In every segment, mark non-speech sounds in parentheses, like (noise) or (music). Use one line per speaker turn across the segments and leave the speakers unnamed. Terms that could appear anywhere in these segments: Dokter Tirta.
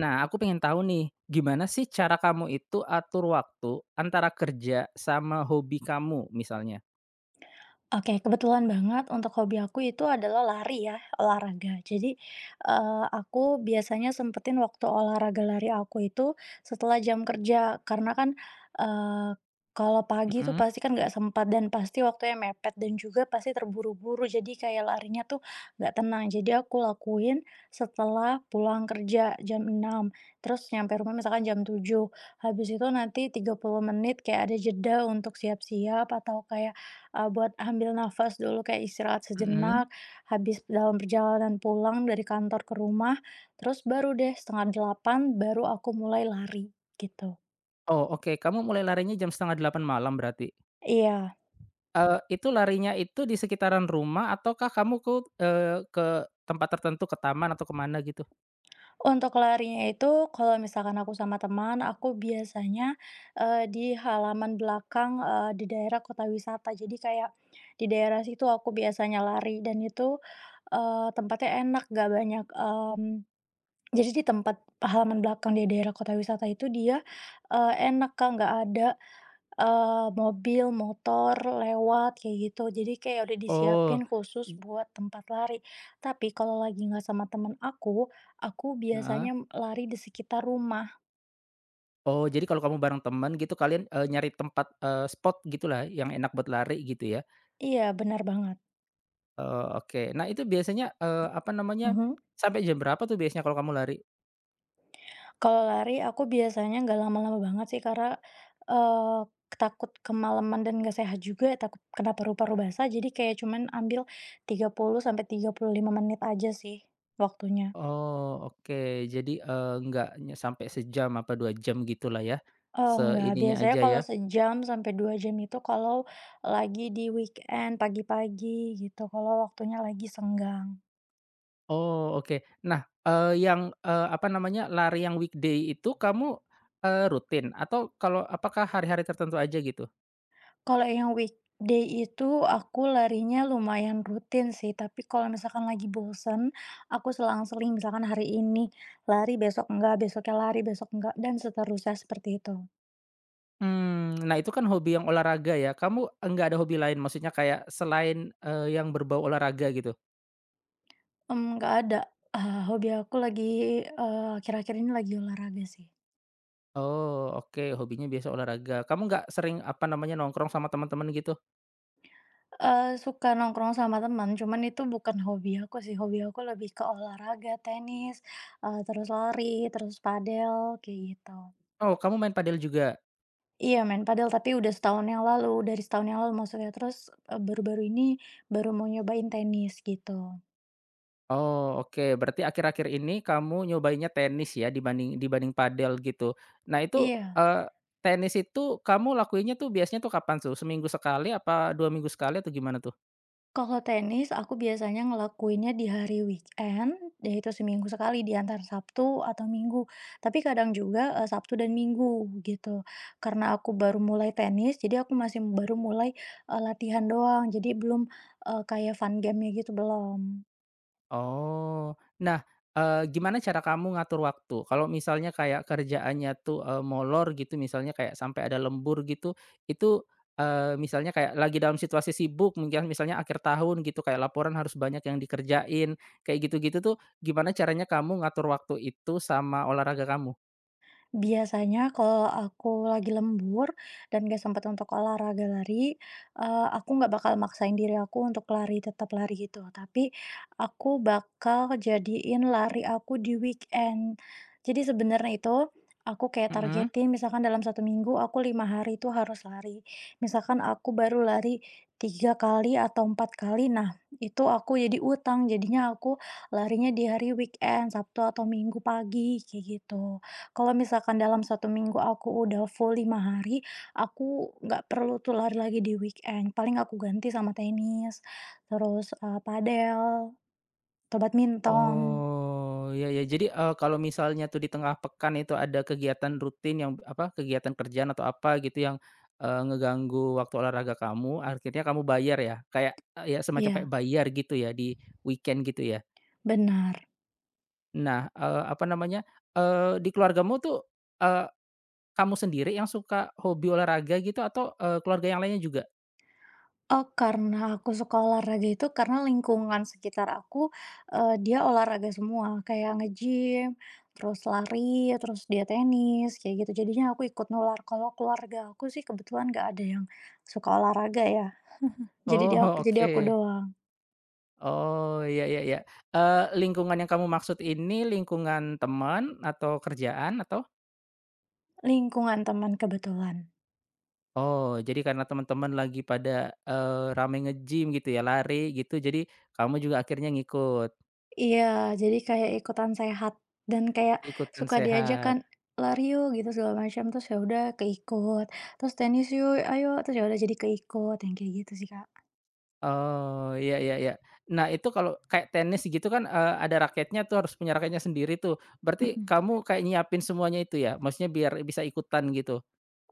Nah, aku pengen tahu nih, gimana sih cara kamu itu atur waktu antara kerja sama hobi kamu misalnya?
Oke, kebetulan banget untuk hobi aku itu adalah lari ya, olahraga. Jadi, aku biasanya sempetin waktu olahraga lari aku itu setelah jam kerja, karena kan, eee, kalau pagi tuh
Mhm,
pasti kan nggak sempat dan pasti waktunya mepet dan juga pasti terburu-buru, jadi kayak larinya tuh nggak tenang. Jadi aku lakuin setelah pulang kerja jam enam. Terus nyampe rumah misalkan jam tujuh. Habis itu nanti 30 menit kayak ada jeda untuk siap-siap atau kayak buat ambil nafas dulu kayak istirahat sejenak,
mhm.
habis dalam perjalanan pulang dari kantor ke rumah, terus baru deh setengah delapan baru aku mulai lari, gitu.
Oh, oke, kamu mulai larinya jam setengah delapan malam berarti?
Iya,
Itu larinya itu di sekitaran rumah ataukah kamu ke tempat tertentu, ke taman atau ke mana gitu?
untuk larinya itu kalau misalkan aku sama teman, aku biasanya, di halaman belakang, di daerah kota wisata. Jadi kayak di daerah situ aku biasanya lari dan itu, tempatnya enak, gak banyak, jadi di tempat halaman belakang di daerah kota wisata itu dia, enak Kak, nggak ada, mobil, motor lewat kayak gitu. Jadi kayak udah disiapin
Oh,
khusus
i
buat tempat lari. Tapi kalau lagi nggak sama temen aku
heeh.
biasanya lari di sekitar rumah.
Oh, jadi kalau kamu bareng teman gitu kalian, nyari tempat, spot gitulah yang enak buat lari gitu ya?
Iya, benar banget.
Oh, oke. Nah, itu biasanya, apa namanya,
Mhm.
sampai jam berapa tuh biasanya kalau kamu lari?
Kalau lari aku biasanya nggak lama-lama banget sih karena, eee, takut kemalaman dan nggak sehat juga, takut kena paru-paru basah, jadi kayak cuman ambil 30 sampai 35 menit aja sih waktunya.
Oh, oke. Jadi, nggak nye sampai sejam apa 2 jam gitulah ya,
Enggak,
seininya
biasanya
aja
kalau
ya.
sejam sampai 2 jam itu kalau lagi di weekend pagi-pagi gitu, kalau waktunya lagi senggang.
Oh, oke. Nah, yang, apa namanya, lari yang weekday itu kamu, rutin atau kalau apakah hari-hari tertentu aja gitu?
Kalau yang weekday itu aku larinya lumayan rutin sih, tapi kalau misalkan lagi bosen, aku selang-seling misalkan hari ini lari, besok enggak, besoknya lari, besok enggak, dan seterusnya seperti itu.
Hmm, nah itu kan hobi yang olahraga ya, kamu eh, nggak ada hobi lain? Maksudnya kayak selain, yang berbau olahraga gitu?
Nggak ada, hobi aku lagi, akhir-akhir ini lagi olahraga sih.
Oh, oke, hobinya biasa olahraga. Kamu nggak sering, apa namanya, nongkrong sama teman-teman gitu?
Suka nongkrong sama teman, cuman itu bukan hobi aku sih, hobi aku lebih ke olahraga, tenis, terus lari, terus padel, kayak gitu.
Oh, kamu main padel juga?
Iya main padel, tapi udah setahun yang lalu, dari setahun yang lalu maksudnya. Terus, baru-baru ini baru mau nyobain tenis gitu.
Oh, oke. Berarti akhir-akhir ini kamu nyobainnya tenis ya dibanding dibanding padel gitu. Nah itu,
Iya,
tenis itu kamu lakuinnya tuh biasanya tuh kapan tuh? Seminggu sekali apa 2 minggu sekali atau gimana tuh?
kalau tenis aku biasanya ngelakuinnya di hari weekend, yaitu seminggu sekali di antara Sabtu atau Minggu. Tapi kadang juga, Sabtu dan Minggu gitu. Karena aku baru mulai tenis, jadi aku masih baru mulai, latihan doang, jadi belum, kayak fun game-nya gitu belum.
Oh. Nah, gimana cara kamu ngatur waktu? Kalau misalnya kayak kerjaannya tuh, molor gitu misalnya kayak sampai ada lembur gitu, itu, misalnya kayak lagi dalam situasi sibuk mungkin misalnya akhir tahun gitu kayak laporan harus banyak yang dikerjain, kayak gitu-gitu tuh gimana caranya kamu ngatur waktu itu sama olahraga kamu?
Biasanya kalau aku lagi lembur dan gak sempet untuk olahraga lari, aku nggak bakal maksain diri aku untuk lari, tetap lari gitu. Tapi aku bakal jadiin lari aku di weekend. Jadi sebenarnya itu aku kayak
Mhm.
targetin misalkan dalam satu minggu aku 5 hari itu harus lari. Misalkan aku baru lari 3 kali atau 4 kali, nah itu aku jadi utang, jadinya aku larinya di hari weekend, Sabtu atau Minggu pagi, kayak gitu. Kalau misalkan dalam satu minggu aku udah full 5 hari, aku nggak perlu tuh lari lagi di weekend, paling aku ganti sama tenis, terus, padel, atau badminton.
Oh, ya, ya. Jadi, kalau misalnya tuh di tengah pekan itu ada kegiatan rutin yang apa, kegiatan kerjaan atau apa gitu yang, ngeganggu waktu olahraga kamu, akhirnya kamu bayar ya? Kayak, ya semacam kayak
Iya,
bayar gitu ya di weekend gitu ya?
benar.
Nah, apa namanya, di keluargamu tuh, eee, kamu sendiri yang suka hobi olahraga gitu atau, keluarga yang lainnya juga?
Oh, karena aku suka olahraga itu karena lingkungan sekitar aku, dia olahraga semua, kayak nge-gym, terus lari, terus dia tenis, kayak gitu. Jadinya aku ikut nular. Kalau keluarga aku sih kebetulan nggak ada yang suka olahraga ya, jadi
Oh,
dia
(laughs)
jadi aku
oke.
doang.
Oh, iya, iya, iya. Lingkungan yang kamu maksud ini lingkungan teman atau kerjaan atau.
Lingkungan teman kebetulan.
Oh, jadi karena teman-teman lagi pada, rame nge-gym gitu ya, lari gitu, jadi kamu juga akhirnya ngikut,
Iya, jadi kayak ikutan sehat dan kayak
ikutan
suka diajak kan,
sehat.
"Lari yuk," gitu segala macam, terus ya udah keikut, terus "Tenis yuk, ayo," terus ya udah jadi keikut, yang kayak gitu sih, Kak.
Oh, iya, iya, iya. Nah, itu kalau kayak tenis gitu kan, ada raketnya tuh, harus punya raketnya sendiri tuh. Berarti
Mhm.
kamu kayak nyiapin semuanya itu ya? Maksudnya biar bisa ikutan gitu?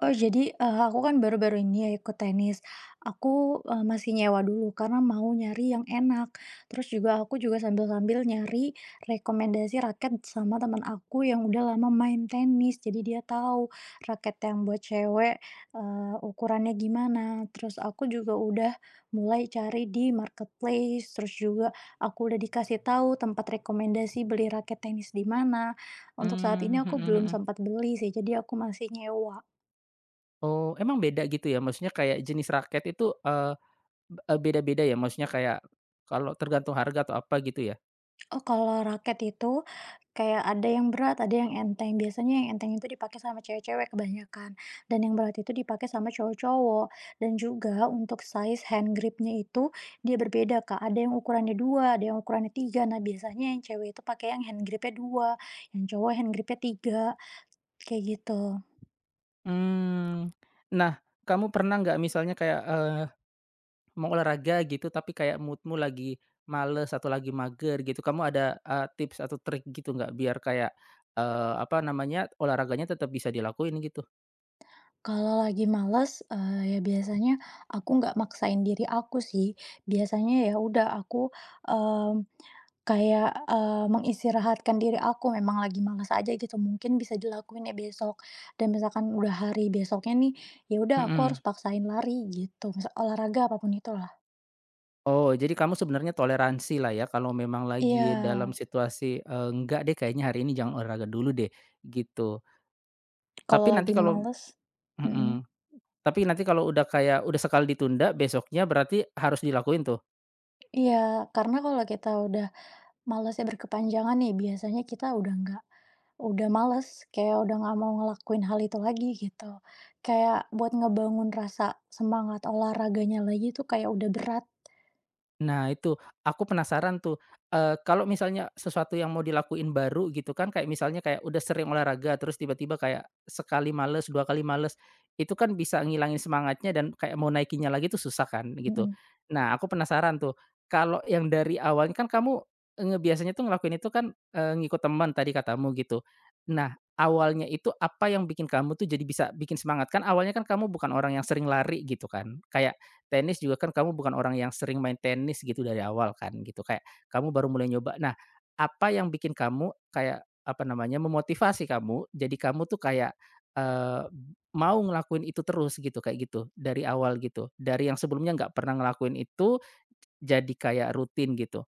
Oh jadi, aku kan baru-baru ini ya ikut tenis. Aku, masih nyewa dulu karena mau nyari yang enak. Terus juga aku juga sambil-sambil nyari rekomendasi raket sama teman aku yang udah lama main tenis. Jadi dia tahu raket yang buat cewek, ukurannya gimana. Terus aku juga udah mulai cari di marketplace, terus juga aku udah dikasih tahu tempat rekomendasi beli raket tenis di mana. Untuk saat ini
Mmm,
aku
mhm,
belum
mhm.
sempat beli sih, jadi aku masih nyewa.
Oh, emang beda gitu ya? Maksudnya kayak jenis raket itu, eee, beda-beda ya? Maksudnya kayak kalau tergantung harga atau apa gitu ya?
Oh, kalau raket itu kayak ada yang berat, ada yang enteng. Biasanya yang enteng itu dipakai sama cewek-cewek kebanyakan, dan yang berat itu dipakai sama cowok-cowok. Dan juga untuk size hand gripnya itu dia berbeda, Kak. Ada yang ukurannya 2, ada yang ukurannya 3. Nah, biasanya yang cewek itu pakai yang hand gripnya 2, yang cowok hand gripnya tiga. Kayak gitu.
Mmm, nah, kamu pernah nggak misalnya kayak, mau olahraga gitu, tapi kayak mood-mu lagi males atau lagi mager gitu, kamu ada, tips atau trik gitu nggak biar kayak, apa namanya, olahraganya tetap bisa dilakuin gitu?
Kalau lagi males, ya biasanya aku nggak maksain diri aku sih. Biasanya ya udah aku, mmm Kayak mengistirahatkan diri aku memang lagi males aja gitu mungkin bisa dilakuin ya besok dan misalkan udah hari besoknya nih, ya udah aku
Mhm.
harus paksain lari gitu misal olahraga apa pun itulah.
Oh, jadi kamu sebenarnya toleransi lah ya kalau memang
Iya,
lagi dalam situasi, "Enggak deh kayaknya hari ini jangan olahraga dulu deh," gitu.
kalau
Tapi nanti
lagi
kalau
males. Mhm,
Mhm, tapi nanti kalau udah kayak udah sekali ditunda, besoknya berarti harus dilakuin tuh?
iya karena kalau kita udah malesnya berkepanjangan nih biasanya kita udah males kayak udah nggak mau ngelakuin hal itu lagi gitu. Kayak buat ngebangun rasa semangat olahraganya lagi tuh kayak udah berat,
Nah itu, aku penasaran tuh, kalau misalnya sesuatu yang mau dilakuin baru gitu kan, kayak misalnya kayak udah sering olahraga, terus tiba-tiba kayak sekali males, 2 kali males, itu kan bisa ngilangin semangatnya dan kayak mau naikinnya lagi tuh susah kan, gitu.
mhm.
Nah aku penasaran tuh, kalau yang dari awalnya kan kamu biasanya tuh ngelakuin itu kan, ngikut teman tadi katamu gitu. Nah, awalnya itu apa yang bikin kamu tuh jadi bisa bikin semangat? Kan awalnya kan kamu bukan orang yang sering lari gitu kan, kayak tenis juga kan kamu bukan orang yang sering main tenis gitu dari awal kan gitu, kayak kamu baru mulai nyoba. Nah, apa yang bikin kamu kayak, apa namanya, memotivasi kamu, jadi kamu tuh kayak, eee, mau ngelakuin itu terus gitu, kayak gitu, dari awal gitu? Dari yang sebelumnya nggak pernah ngelakuin itu, jadi kayak rutin gitu?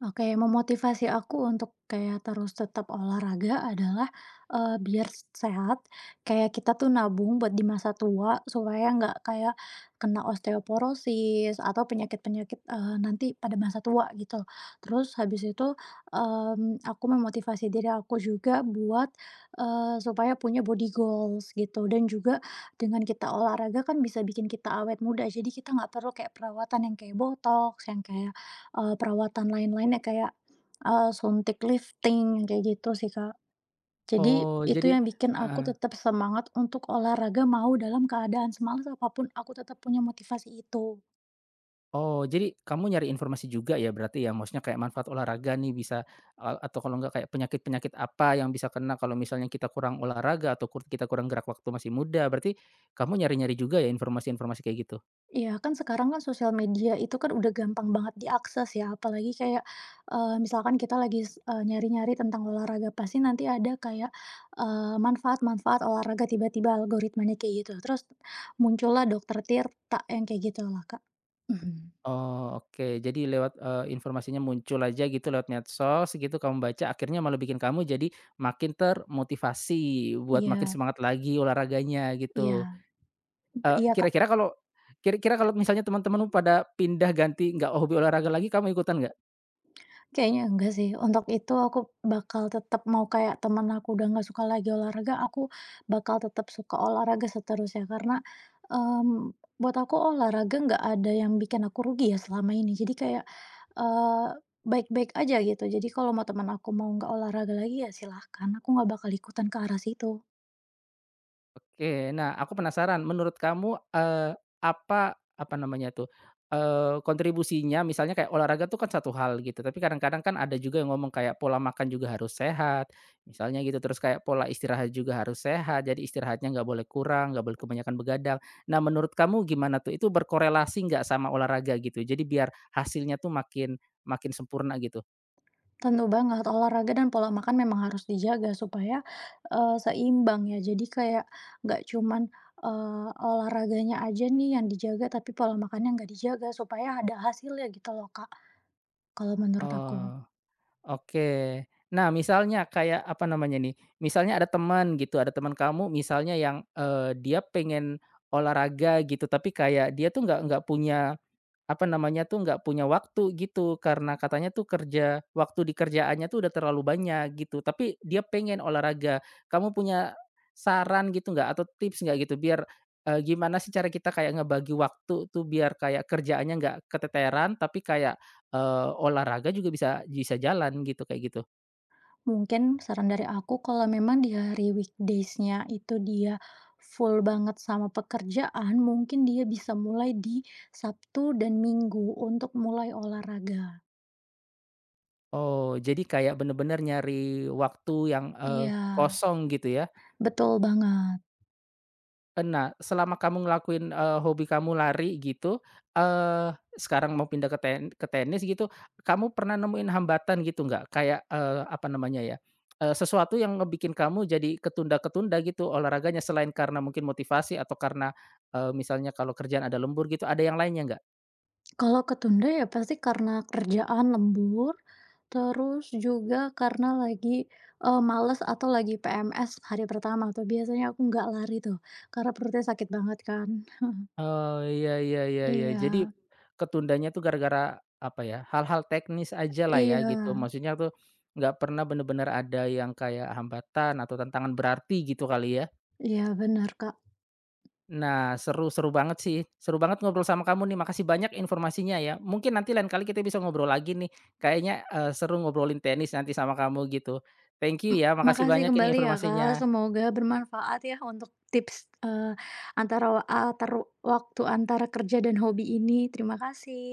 Oke, memotivasi aku untuk kayak terus tetap olahraga adalah, biar sehat, kayak kita tuh nabung buat di masa tua supaya nggak kayak kena osteoporosis atau penyakit-penyakit, nanti pada masa tua gitu. Terus habis itu, aku memotivasi diri aku juga buat, supaya punya body goals gitu dan juga dengan kita olahraga kan bisa bikin kita awet muda jadi kita nggak perlu kayak perawatan yang kayak botox yang kayak perawatan lain-lainnya kayak, suntik lifting, kayak gitu sih, Kak. Jadi
Oh,
itu
jadi
yang bikin aku tetap semangat untuk olahraga mau dalam keadaan semalas apapun aku tetap punya motivasi itu.
Oh, jadi kamu nyari informasi juga ya berarti ya? Maksudnya kayak manfaat olahraga nih bisa atau kalau nggak kayak penyakit-penyakit apa yang bisa kena kalau misalnya kita kurang olahraga atau kita kurang gerak waktu masih muda, berarti kamu nyari-nyari juga ya informasi-informasi kayak gitu?
Iya, kan sekarang kan sosial media itu kan udah gampang banget diakses ya, apalagi kayak, misalkan kita lagi nyari-nyari tentang olahraga pasti nanti ada kayak, manfaat-manfaat olahraga tiba-tiba algoritmanya kayak gitu. Terus muncullah Dokter Tirta yang kayak gitulah, Kak. Mhm,
Oh, oke. Jadi lewat, informasinya muncul aja gitu lewat medsos gitu kamu baca akhirnya malah bikin kamu jadi makin termotivasi buat makin
iya.
semangat lagi olahraganya gitu.
Iya
Eee,
iya, Kak.
kira-kira kalau Kira-kira kalau misalnya teman-temanmu pada pindah ganti nggak hobi olahraga lagi kamu ikutan nggak?
Kayaknya enggak sih, untuk itu aku bakal tetap mau kayak temen aku udah nggak suka lagi olahraga, aku bakal tetap suka olahraga seterusnya karena, mmm, buat aku olahraga nggak ada yang bikin aku rugi ya selama ini. Jadi kayak, eee, baik-baik aja gitu. Jadi kalau mau teman aku nggak olahraga lagi ya silahkan, aku nggak bakal ikutan ke arah situ.
Oke. Nah, aku penasaran menurut kamu, apa apa namanya tuh, kontribusinya misalnya kayak olahraga tuh kan satu hal gitu, tapi kadang-kadang kan ada juga yang ngomong kayak pola makan juga harus sehat, misalnya gitu, terus kayak pola istirahat juga harus sehat, jadi istirahatnya nggak boleh kurang, nggak boleh kebanyakan begadang. Nah, menurut kamu gimana tuh? Itu berkorelasi nggak sama olahraga gitu? Jadi biar hasilnya tuh makin makin sempurna gitu?
Tentu banget, olahraga dan pola makan memang harus dijaga supaya, seimbang ya. Jadi kayak nggak cuman, olahraganya aja nih yang dijaga, tapi pola makannya nggak dijaga supaya ada hasilnya gitu loh, Kak, kalau menurut aku.
Oh. Oke. Nah, misalnya kayak, apa namanya nih, misalnya ada teman gitu, ada teman kamu misalnya yang, dia pengen olahraga gitu, tapi kayak dia tuh nggak punya apa namanya tuh, nggak punya waktu gitu, karena katanya tuh kerja waktu di kerjaannya tuh udah terlalu banyak gitu, tapi dia pengen olahraga. Kamu punya saran gitu nggak atau tips nggak gitu biar, gimana sih cara kita kayak ngebagi waktu tuh biar kayak kerjaannya nggak keteteran tapi kayak, olahraga juga bisa bisa jalan gitu, kayak gitu?
Mungkin saran dari aku kalau memang di hari weekdaysnya itu dia full banget sama pekerjaan, mungkin dia bisa mulai di Sabtu dan Minggu untuk mulai olahraga.
Oh, jadi kayak bener-bener nyari waktu yang,
Iya,
kosong gitu ya?
betul banget.
Nah, selama kamu ngelakuin, hobi kamu lari gitu, sekarang mau pindah ke tenis gitu, kamu pernah nemuin hambatan gitu nggak? Kayak, apa namanya ya, sesuatu yang ngebikin kamu jadi ketunda-ketunda gitu olahraganya selain karena mungkin motivasi atau karena, misalnya kalau kerjaan ada lembur gitu, ada yang lainnya nggak?
Kalau ketunda ya pasti karena kerjaan lembur, terus juga karena lagi, males atau lagi PMS hari pertama tuh biasanya aku nggak lari tuh, karena perutnya sakit banget kan.
Oh, iya, iya, iya, iya.
Iya
Jadi, ketundanya tuh gara-gara, apa ya, hal-hal teknis aja lah ya
iya
gitu, maksudnya tuh nggak pernah bener-bener ada yang kayak hambatan atau tantangan berarti gitu kali ya?
iya benar Kak.
Nah, seru seru banget sih, seru banget ngobrol sama kamu nih, makasih banyak informasinya ya. Mungkin nanti lain kali kita bisa ngobrol lagi nih, kayaknya, seru ngobrolin tenis nanti sama kamu gitu. Thank you
M
ya, makasih
makasih
banyak ini
kembali ya, Kak,
informasinya.
semoga bermanfaat ya untuk tips, eee, antara wa atar waktu antara kerja dan hobi ini. Terima kasih.